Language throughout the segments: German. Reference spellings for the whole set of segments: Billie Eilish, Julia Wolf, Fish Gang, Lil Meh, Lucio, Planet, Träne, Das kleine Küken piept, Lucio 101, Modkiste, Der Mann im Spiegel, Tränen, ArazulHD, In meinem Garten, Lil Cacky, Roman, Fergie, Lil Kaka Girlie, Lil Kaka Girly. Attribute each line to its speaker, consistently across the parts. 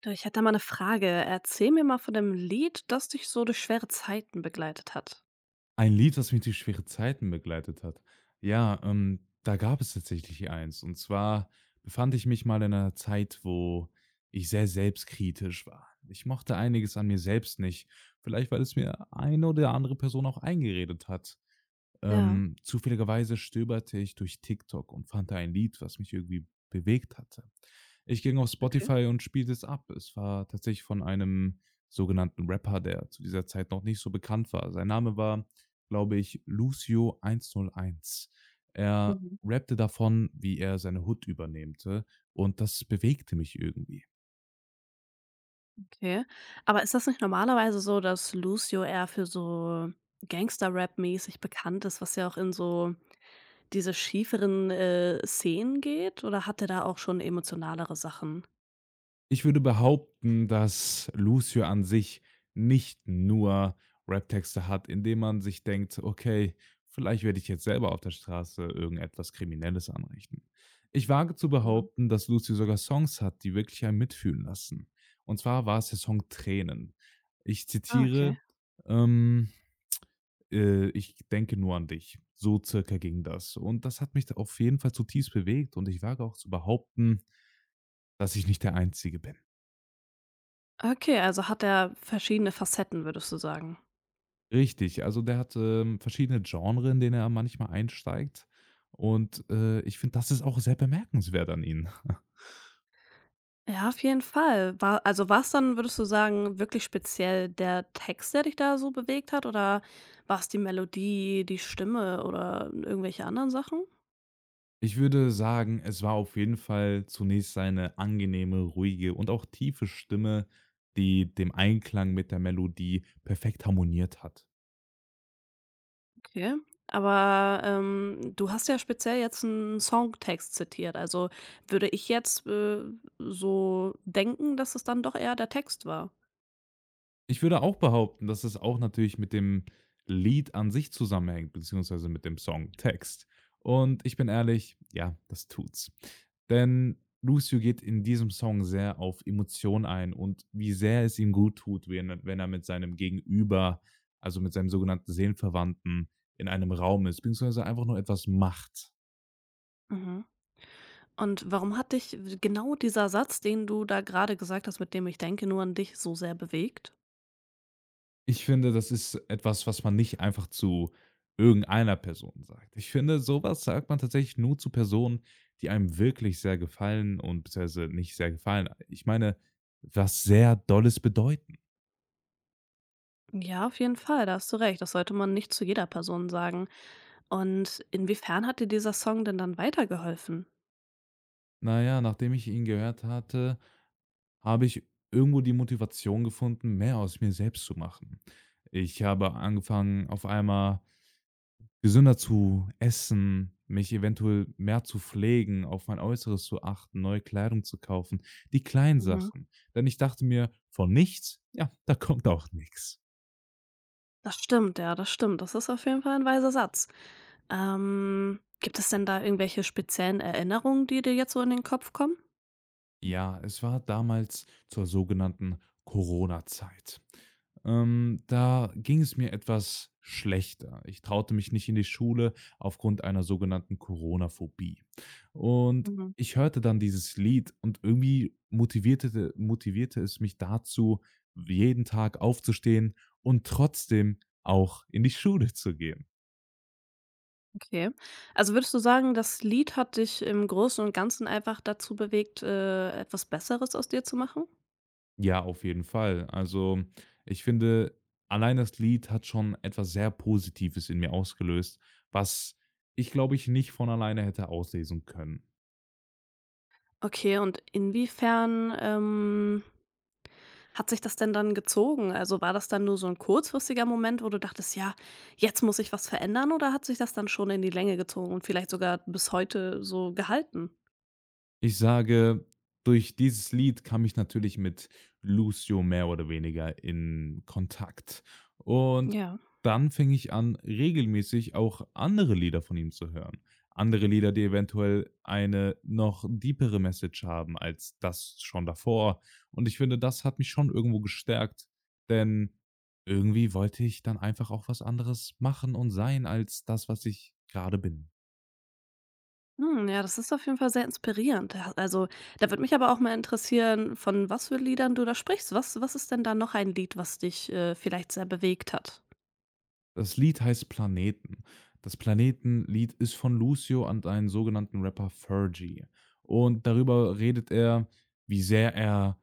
Speaker 1: Du, ich hätte da mal eine Frage. Erzähl mir mal von dem Lied, das dich so durch schwere Zeiten begleitet hat.
Speaker 2: Ein Lied, das mich durch schwere Zeiten begleitet hat. Ja, da gab es tatsächlich eins. Und zwar befand ich mich mal in einer Zeit, wo ich sehr selbstkritisch war. Ich mochte einiges an mir selbst nicht. Vielleicht, weil es mir eine oder andere Person auch eingeredet hat.
Speaker 1: Ja,
Speaker 2: Zufälligerweise stöberte ich durch TikTok und fand da ein Lied, was mich irgendwie bewegt hatte. Ich ging auf
Speaker 1: okay.
Speaker 2: Spotify und spielte es ab. Es war tatsächlich von einem sogenannten Rapper, der zu dieser Zeit noch nicht so bekannt war. Sein Name war, glaube ich, Lucio 101. Er
Speaker 1: Mhm,
Speaker 2: rappte davon, wie er seine Hood übernehmte, und das bewegte mich irgendwie.
Speaker 1: okay. Aber ist das nicht normalerweise so, dass Lucio eher für so Gangster-Rap-mäßig bekannt ist, was ja auch in so diese schieferen, Szenen geht? Oder hat der da auch schon emotionalere Sachen?
Speaker 2: Ich würde behaupten, dass Lucio an sich nicht nur Raptexte hat, indem man sich denkt: „Okay, vielleicht werde ich jetzt selber auf der Straße irgendetwas Kriminelles anrichten." Ich wage zu
Speaker 1: Mhm.
Speaker 2: behaupten, dass Lucio sogar Songs hat, die wirklich einen mitfühlen lassen. Und zwar war es der Song „Tränen". Ich
Speaker 1: Ah, okay.
Speaker 2: zitiere, ähm, „Ich denke nur an dich." So circa ging das. Und das hat mich auf jeden Fall zutiefst bewegt, und ich wage auch zu behaupten, dass ich nicht der Einzige bin.
Speaker 1: Okay, also hat er verschiedene Facetten, würdest du sagen?
Speaker 2: Richtig, also der hat, verschiedene Genres, in denen er manchmal einsteigt, und, ich finde, das ist auch sehr bemerkenswert an ihm.
Speaker 1: Ja, auf jeden Fall. War also, war's dann, würdest du sagen, wirklich speziell der Text, der dich da so bewegt hat oder war es die Melodie, die Stimme oder irgendwelche anderen Sachen?
Speaker 2: Ich würde sagen, es war auf jeden Fall zunächst seine angenehme, ruhige und auch tiefe Stimme, die dem Einklang mit der Melodie perfekt harmoniert hat.
Speaker 1: Okay. Aber, du hast ja speziell jetzt einen Songtext zitiert. Also, würde ich jetzt, so denken, dass es dann doch eher der Text war.
Speaker 2: Ich würde auch behaupten, dass es auch natürlich mit dem Lied an sich zusammenhängt, beziehungsweise mit dem Songtext. Und ich bin ehrlich, ja, das tut's. Denn Lucio geht in diesem Song sehr auf Emotionen ein und wie sehr es ihm gut tut, wenn er wenn er mit seinem Gegenüber, also mit seinem sogenannten Seelenverwandten in einem Raum ist, beziehungsweise einfach nur etwas macht.
Speaker 1: Mhm. Und warum hat dich genau dieser Satz, den du da gerade gesagt hast, mit dem „Ich denke nur an dich“, so sehr bewegt?
Speaker 2: Ich finde, das ist etwas, was man nicht einfach zu irgendeiner Person sagt. Ich finde, sowas sagt man tatsächlich nur zu Personen, die einem wirklich sehr gefallen, und beziehungsweise nicht sehr gefallen. Ich meine, was sehr Dolles bedeuten.
Speaker 1: Ja, auf jeden Fall, da hast du recht. Das sollte man nicht zu jeder Person sagen. Und inwiefern hat dir dieser Song denn dann weitergeholfen?
Speaker 2: Na ja, nachdem ich ihn gehört hatte, habe ich irgendwo die Motivation gefunden, mehr aus mir selbst zu machen. Ich habe angefangen, auf einmal gesünder zu essen, mich eventuell mehr zu pflegen, auf mein Äußeres zu achten, neue Kleidung zu kaufen, die kleinen
Speaker 1: Mhm.
Speaker 2: Sachen. Denn ich dachte mir: „Von nichts, ja, da kommt auch nichts."
Speaker 1: Das stimmt, ja, das stimmt. Das ist auf jeden Fall ein weiser Satz. Gibt es denn da irgendwelche speziellen Erinnerungen, die dir jetzt so in den Kopf kommen?
Speaker 2: Ja, es war damals zur sogenannten Corona-Zeit. Da ging es mir etwas schlechter. Ich traute mich nicht in die Schule aufgrund einer sogenannten Corona-Phobie. Und
Speaker 1: Mhm.
Speaker 2: ich hörte dann dieses Lied, und irgendwie motivierte es mich dazu, jeden Tag aufzustehen und trotzdem auch in die Schule zu gehen.
Speaker 1: Okay. Also würdest du sagen, das Lied hat dich im Großen und Ganzen einfach dazu bewegt, etwas Besseres aus dir zu machen?
Speaker 2: Ja, auf jeden Fall. Also, ich finde, allein das Lied hat schon etwas sehr Positives in mir ausgelöst, was ich, glaube ich, nicht von alleine hätte auslesen können.
Speaker 1: Okay, und inwiefern hat sich das denn dann gezogen? Also, war das dann nur so ein kurzfristiger Moment, wo du dachtest: „Ja, jetzt muss ich was verändern“, oder hat sich das dann schon in die Länge gezogen und vielleicht sogar bis heute so gehalten?
Speaker 2: Ich sage, durch dieses Lied kam ich natürlich mit Lucio mehr oder weniger in Kontakt. Und
Speaker 1: Ja.
Speaker 2: dann fing ich an, regelmäßig auch andere Lieder von ihm zu hören. Andere Lieder, die eventuell eine noch deepere Message haben als das schon davor. Und ich finde, das hat mich schon irgendwo gestärkt, denn irgendwie wollte ich dann einfach auch was anderes machen und sein als das, was ich gerade bin.
Speaker 1: Hm, ja, das ist auf jeden Fall sehr inspirierend. Da also, da würde mich aber auch mal interessieren, von was für Liedern du da sprichst. Was ist denn da noch ein Lied, was dich, vielleicht sehr bewegt hat?
Speaker 2: Das Lied heißt „Planeten". Das „Planeten"-Lied ist von Lucio und einen sogenannten Rapper Fergie. Und darüber redet er, wie sehr er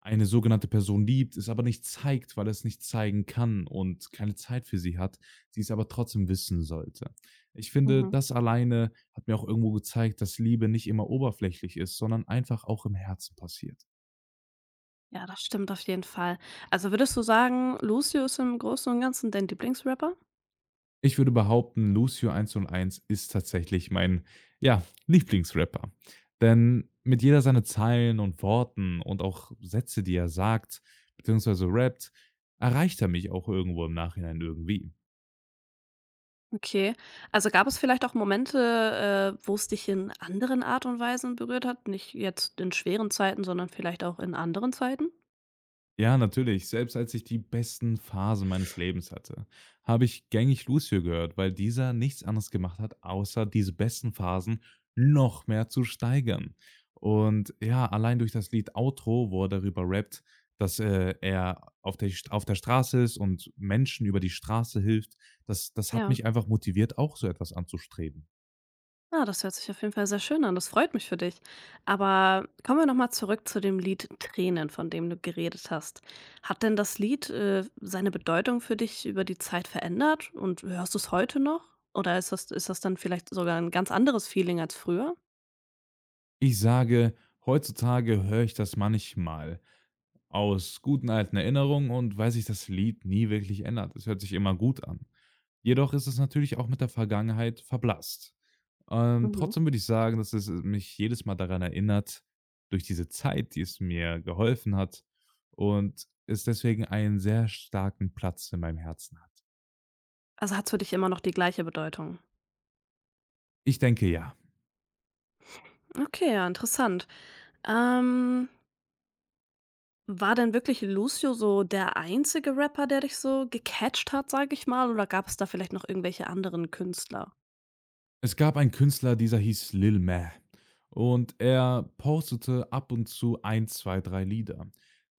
Speaker 2: eine sogenannte Person liebt, es aber nicht zeigt, weil er es nicht zeigen kann und keine Zeit für sie hat, sie es aber trotzdem wissen sollte. Ich finde,
Speaker 1: Mhm.
Speaker 2: das alleine hat mir auch irgendwo gezeigt, dass Liebe nicht immer oberflächlich ist, sondern einfach auch im Herzen passiert.
Speaker 1: Ja, das stimmt auf jeden Fall. Also, würdest du sagen, Lucio ist im Großen und Ganzen dein Lieblingsrapper?
Speaker 2: Ich würde behaupten, Lucio 101 ist tatsächlich mein, ja, Lieblingsrapper. Denn mit jeder seiner Zeilen und Worten und auch Sätze, die er sagt, beziehungsweise rappt, erreicht er mich auch irgendwo im Nachhinein irgendwie.
Speaker 1: Okay. Also, gab es vielleicht auch Momente, wo es dich in anderen Art und Weisen berührt hat? Nicht jetzt in schweren Zeiten, sondern vielleicht auch in anderen Zeiten?
Speaker 2: Ja, natürlich. Selbst als ich die besten Phasen meines Lebens hatte, habe ich gängig Lucio gehört, weil dieser nichts anderes gemacht hat, außer diese besten Phasen noch mehr zu steigern. Und ja, allein durch das Lied Outro, wo er darüber rappt, dass er auf der, auf der Straße ist und Menschen über die Straße hilft, das hat
Speaker 1: Ja.
Speaker 2: mich einfach motiviert, auch so etwas anzustreben.
Speaker 1: Ah, das hört sich auf jeden Fall sehr schön an. Das freut mich für dich. Aber kommen wir noch mal zurück zu dem Lied „Tränen“, von dem du geredet hast. Hat denn das Lied, seine Bedeutung für dich über die Zeit verändert und hörst du es heute noch? Oder ist das dann vielleicht sogar ein ganz anderes Feeling als früher?
Speaker 2: Ich sage, heutzutage höre ich das manchmal aus guten alten Erinnerungen und weil sich das Lied nie wirklich ändert. Es hört sich immer gut an. Jedoch ist es natürlich auch mit der Vergangenheit verblasst. Ähm,
Speaker 1: Mhm.
Speaker 2: trotzdem würde ich sagen, dass es mich jedes Mal daran erinnert, durch diese Zeit, die es mir geholfen hat, und es deswegen einen sehr starken Platz in meinem Herzen hat.
Speaker 1: Also, hat es für dich immer noch die gleiche Bedeutung?
Speaker 2: Ich denke ja.
Speaker 1: Okay, ja, interessant. Ähm, War denn wirklich Lucio so der einzige Rapper, der dich so gecatcht hat, sage ich mal, oder gab es da vielleicht noch irgendwelche anderen Künstler?
Speaker 2: Es gab einen Künstler, dieser hieß Lil Meh. Und er postete ab und zu ein, 2, 3 Lieder.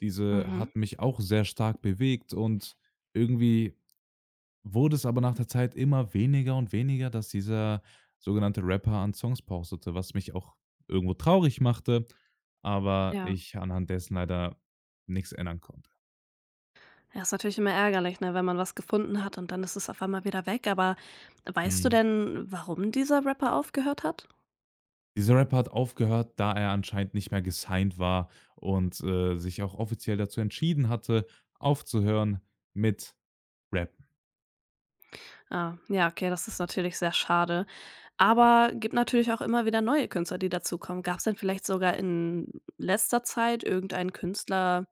Speaker 2: Diese
Speaker 1: Mhm,
Speaker 2: hat mich auch sehr stark bewegt, und irgendwie wurde es aber nach der Zeit immer weniger und weniger, dass dieser sogenannte Rapper an Songs postete, was mich auch irgendwo traurig machte, aber
Speaker 1: ja.
Speaker 2: ich anhand dessen leider nichts ändern konnte.
Speaker 1: Ja, ist natürlich immer ärgerlich, ne, wenn man was gefunden hat und dann ist es auf einmal wieder weg, aber weißt du
Speaker 2: Mhm.
Speaker 1: denn, warum dieser Rapper aufgehört hat?
Speaker 2: Dieser Rapper hat aufgehört, da er anscheinend nicht mehr gesigned war und, sich auch offiziell dazu entschieden hatte, aufzuhören mit Rap.
Speaker 1: Ah, ja, okay, das ist natürlich sehr schade, aber gibt natürlich auch immer wieder neue Künstler, die dazukommen. Gab es denn vielleicht sogar in letzter Zeit irgendeinen Künstler,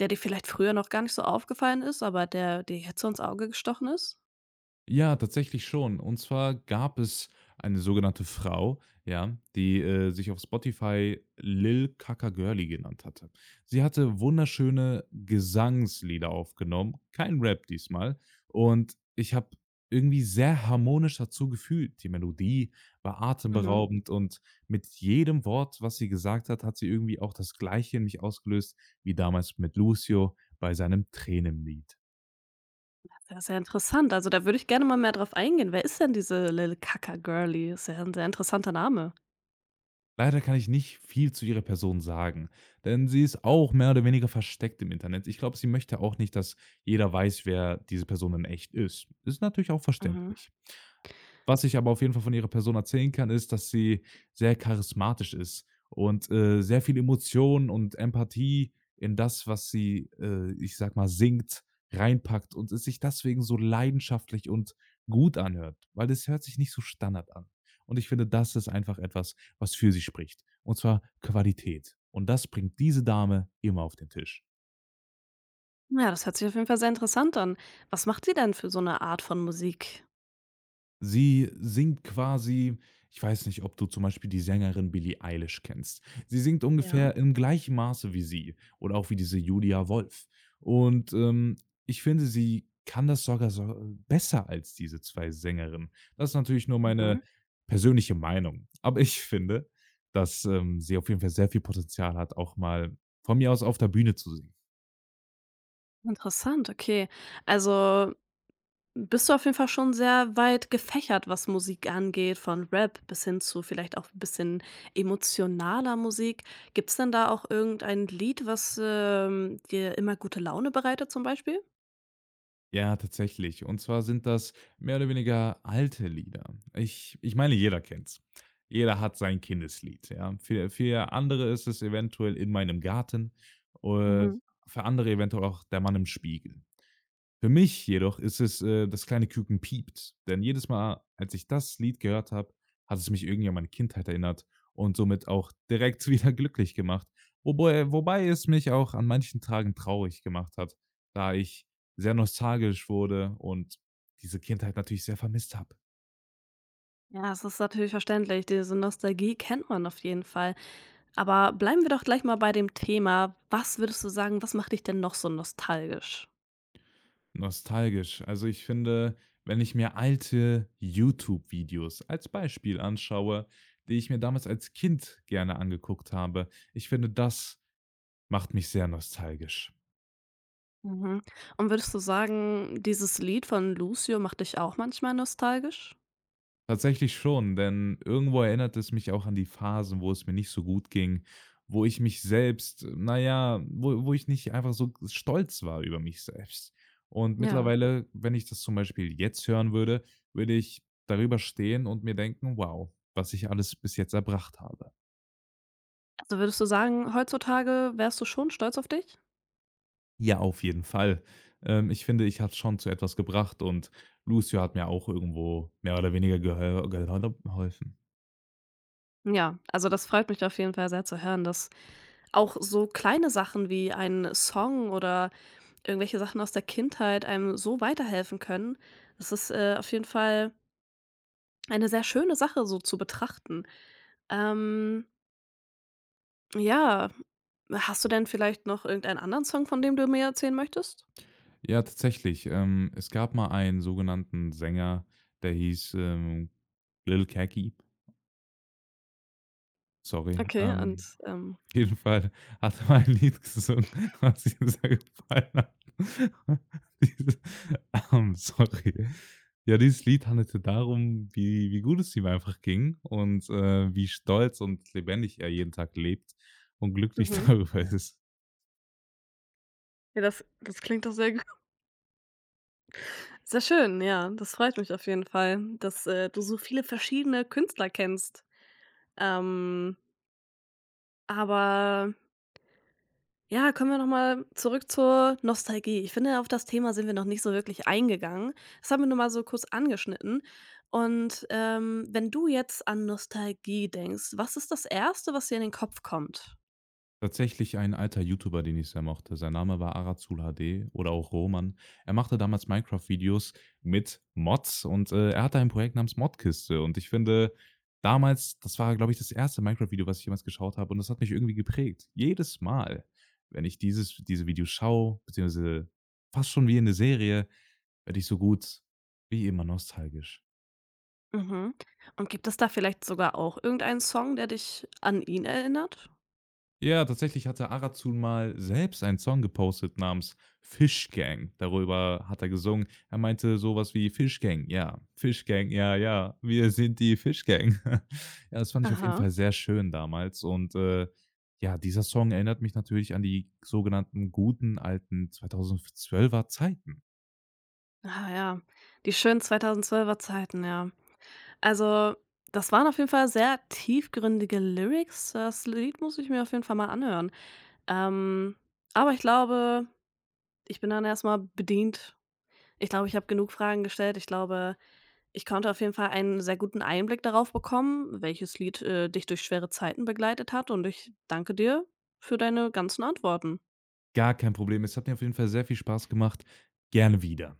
Speaker 1: der dir vielleicht früher noch gar nicht so aufgefallen ist, aber der dir jetzt so ins Auge gestochen ist?
Speaker 2: Ja, tatsächlich schon. Und zwar gab es eine sogenannte Frau, ja, die, sich auf Spotify Lil Kaka Girly genannt hatte. Sie hatte wunderschöne Gesangslieder aufgenommen, kein Rap diesmal. Und ich habe irgendwie sehr harmonisch dazu gefühlt. Die Melodie war
Speaker 1: Mhm.
Speaker 2: atemberaubend, und mit jedem Wort, was sie gesagt hat, hat sie irgendwie auch das Gleiche in mich ausgelöst wie damals mit Lucio bei seinem Tränenlied.
Speaker 1: Das ist ja, sehr interessant. Also, da würde ich gerne mal mehr drauf eingehen. Wer ist denn diese Lil Kaka Girlie? Ist ja 'n sehr interessanter Name.
Speaker 2: Leider kann ich nicht viel zu ihrer Person sagen, denn sie ist auch mehr oder weniger versteckt im Internet. Ich glaube, sie möchte auch nicht, dass jeder weiß, wer diese Person in echt ist. Ist natürlich auch
Speaker 1: Mhm.
Speaker 2: verständlich. Was ich aber auf jeden Fall von ihrer Person erzählen kann, ist, dass sie sehr charismatisch ist und, sehr viel Emotion und Empathie in das, was sie, ich sage mal, singt, reinpackt, und es sich deswegen so leidenschaftlich und gut anhört, weil das hört sich nicht so Standard an. Und ich finde, das ist einfach etwas, was für sie spricht. Und zwar Qualität. Und das bringt diese Dame immer auf den Tisch.
Speaker 1: Ja, das hört sich auf jeden Fall sehr interessant an. Was macht die denn für so eine Art von Musik?
Speaker 2: Sie singt quasi, ich weiß nicht, ob du zum Beispiel die Sängerin Billie Eilish kennst. Sie singt
Speaker 1: Ja.
Speaker 2: ungefähr im gleichen Maße wie sie oder auch wie diese Julia Wolf. Und ich finde, sie kann das sogar so besser als diese zwei Sängerinnen. Das ist natürlich nur meine
Speaker 1: Mhm.
Speaker 2: persönliche Meinung. Aber ich finde, dass sie auf jeden Fall sehr viel Potenzial hat, auch mal von mir aus auf der Bühne zu singen.
Speaker 1: Interessant, okay. Also bist du auf jeden Fall schon sehr weit gefächert, was Musik angeht, von Rap bis hin zu vielleicht auch 'n bisschen emotionaler Musik. Gibt es denn da auch irgendein Lied, was, dir immer gute Laune bereitet zum Beispiel?
Speaker 2: Ja, tatsächlich. Und zwar sind das mehr oder weniger alte Lieder. Ich meine, jeder kennt's. Jeder hat sein Kindeslied, ja. Für andere ist es eventuell „In meinem Garten", äh,
Speaker 1: Mhm.
Speaker 2: für andere eventuell auch „Der Mann im Spiegel". Für mich jedoch ist es „Das kleine Küken piept", denn jedes Mal, als ich das Lied gehört habe, hat es mich irgendwie an meine Kindheit erinnert und somit auch direkt wieder glücklich gemacht. Wobei es mich auch an manchen Tagen traurig gemacht hat, da ich sehr nostalgisch wurde und diese Kindheit natürlich sehr vermisst habe.
Speaker 1: Ja, das ist natürlich verständlich. Diese Nostalgie kennt man auf jeden Fall. Aber bleiben wir doch gleich mal bei dem Thema. Was würdest du sagen, was macht dich denn noch so nostalgisch?
Speaker 2: Nostalgisch. Also, ich finde, wenn ich mir alte YouTube-Videos als Beispiel anschaue, die ich mir damals als Kind gerne angeguckt habe, ich finde, das macht mich sehr nostalgisch.
Speaker 1: Mhm. Und würdest du sagen, dieses Lied von Lucio macht dich auch manchmal nostalgisch?
Speaker 2: Tatsächlich schon, denn irgendwo erinnert es mich auch an die Phasen, wo es mir nicht so gut ging, wo ich mich selbst, naja, wo ich nicht einfach so stolz war über mich selbst. Und
Speaker 1: Ja.
Speaker 2: mittlerweile, wenn ich das zum Beispiel jetzt hören würde, würde ich darüber stehen und mir denken: „Wow, was ich alles bis jetzt erbracht habe."
Speaker 1: Also würdest du sagen, heutzutage wärst du schon stolz auf dich?
Speaker 2: Ja, auf jeden Fall. Ich finde, ich habe schon zu etwas gebracht, und Lucio hat mir auch irgendwo mehr oder weniger gehö geholfen.
Speaker 1: Ja, also das freut mich auf jeden Fall sehr zu hören, dass auch so kleine Sachen wie ein Song oder irgendwelche Sachen aus der Kindheit einem so weiterhelfen können. Das ist auf jeden Fall eine sehr schöne Sache so zu betrachten. Ähm, ja, hast du denn vielleicht noch irgendeinen anderen Song, von dem du mir erzählen möchtest?
Speaker 2: Ja, tatsächlich. Es gab mal einen sogenannten Sänger, der hieß, Lil Cacky. Sorry.
Speaker 1: Okay, und
Speaker 2: Ähm, auf jeden Fall hat er mal ein Lied gesungen, was ihm sehr gefallen hat. Dieses sorry. Ja, dieses Lied handelte darum, wie gut es ihm einfach ging, und, wie stolz und lebendig er jeden Tag lebt und glücklich
Speaker 1: mhm.
Speaker 2: darüber ist.
Speaker 1: Ja, das klingt doch sehr gut. Sehr schön, ja. Das freut mich auf jeden Fall, dass, du so viele verschiedene Künstler kennst. Ähm, aber ja, kommen wir noch mal zurück zur Nostalgie. Ich finde, auf das Thema sind wir noch nicht so wirklich eingegangen. Das haben wir nur mal so kurz angeschnitten. Und, wenn du jetzt an Nostalgie denkst, was ist das Erste, was dir in den Kopf kommt?
Speaker 2: Tatsächlich ein alter YouTuber, den ich sehr mochte. Sein Name war ArazulHD oder auch Roman. Er machte damals Minecraft-Videos mit Mods, und, er hatte ein Projekt namens Modkiste, und ich finde, damals das war, glaube ich, das erste Minecraft-Video, was ich jemals geschaut habe, und das hat mich irgendwie geprägt. Jedes Mal, wenn ich diese Videos schaue, beziehungsweise fast schon wie in eine Serie, werde ich so gut wie immer nostalgisch.
Speaker 1: Mhm. Und gibt es da vielleicht sogar auch irgendeinen Song, der dich an ihn erinnert?
Speaker 2: Ja, tatsächlich hatte Arrazun mal selbst einen Song gepostet namens „Fish Gang". Darüber hat er gesungen. Er meinte so was wie: „Fish Gang, ja, Fish Gang, ja, ja, wir sind die Fish Gang." Ja, das fand ich auf jeden Fall
Speaker 1: Aha.
Speaker 2: sehr schön damals, und, ja, dieser Song erinnert mich natürlich an die sogenannten guten alten 2012er Zeiten.
Speaker 1: Ah ja, die schönen 2012er Zeiten, ja. Also, das waren auf jeden Fall sehr tiefgründige Lyrics. Das Lied muss ich mir auf jeden Fall mal anhören. Ähm, aber ich glaube, ich bin dann erst mal bedient. Ich glaube, ich habe genug Fragen gestellt. Ich glaube, ich konnte auf jeden Fall einen sehr guten Einblick darauf bekommen, welches Lied, dich durch schwere Zeiten begleitet hat und ich danke dir für deine ganzen Antworten.
Speaker 2: Gar kein Problem. Es hat mir auf jeden Fall sehr viel Spaß gemacht. Gerne wieder.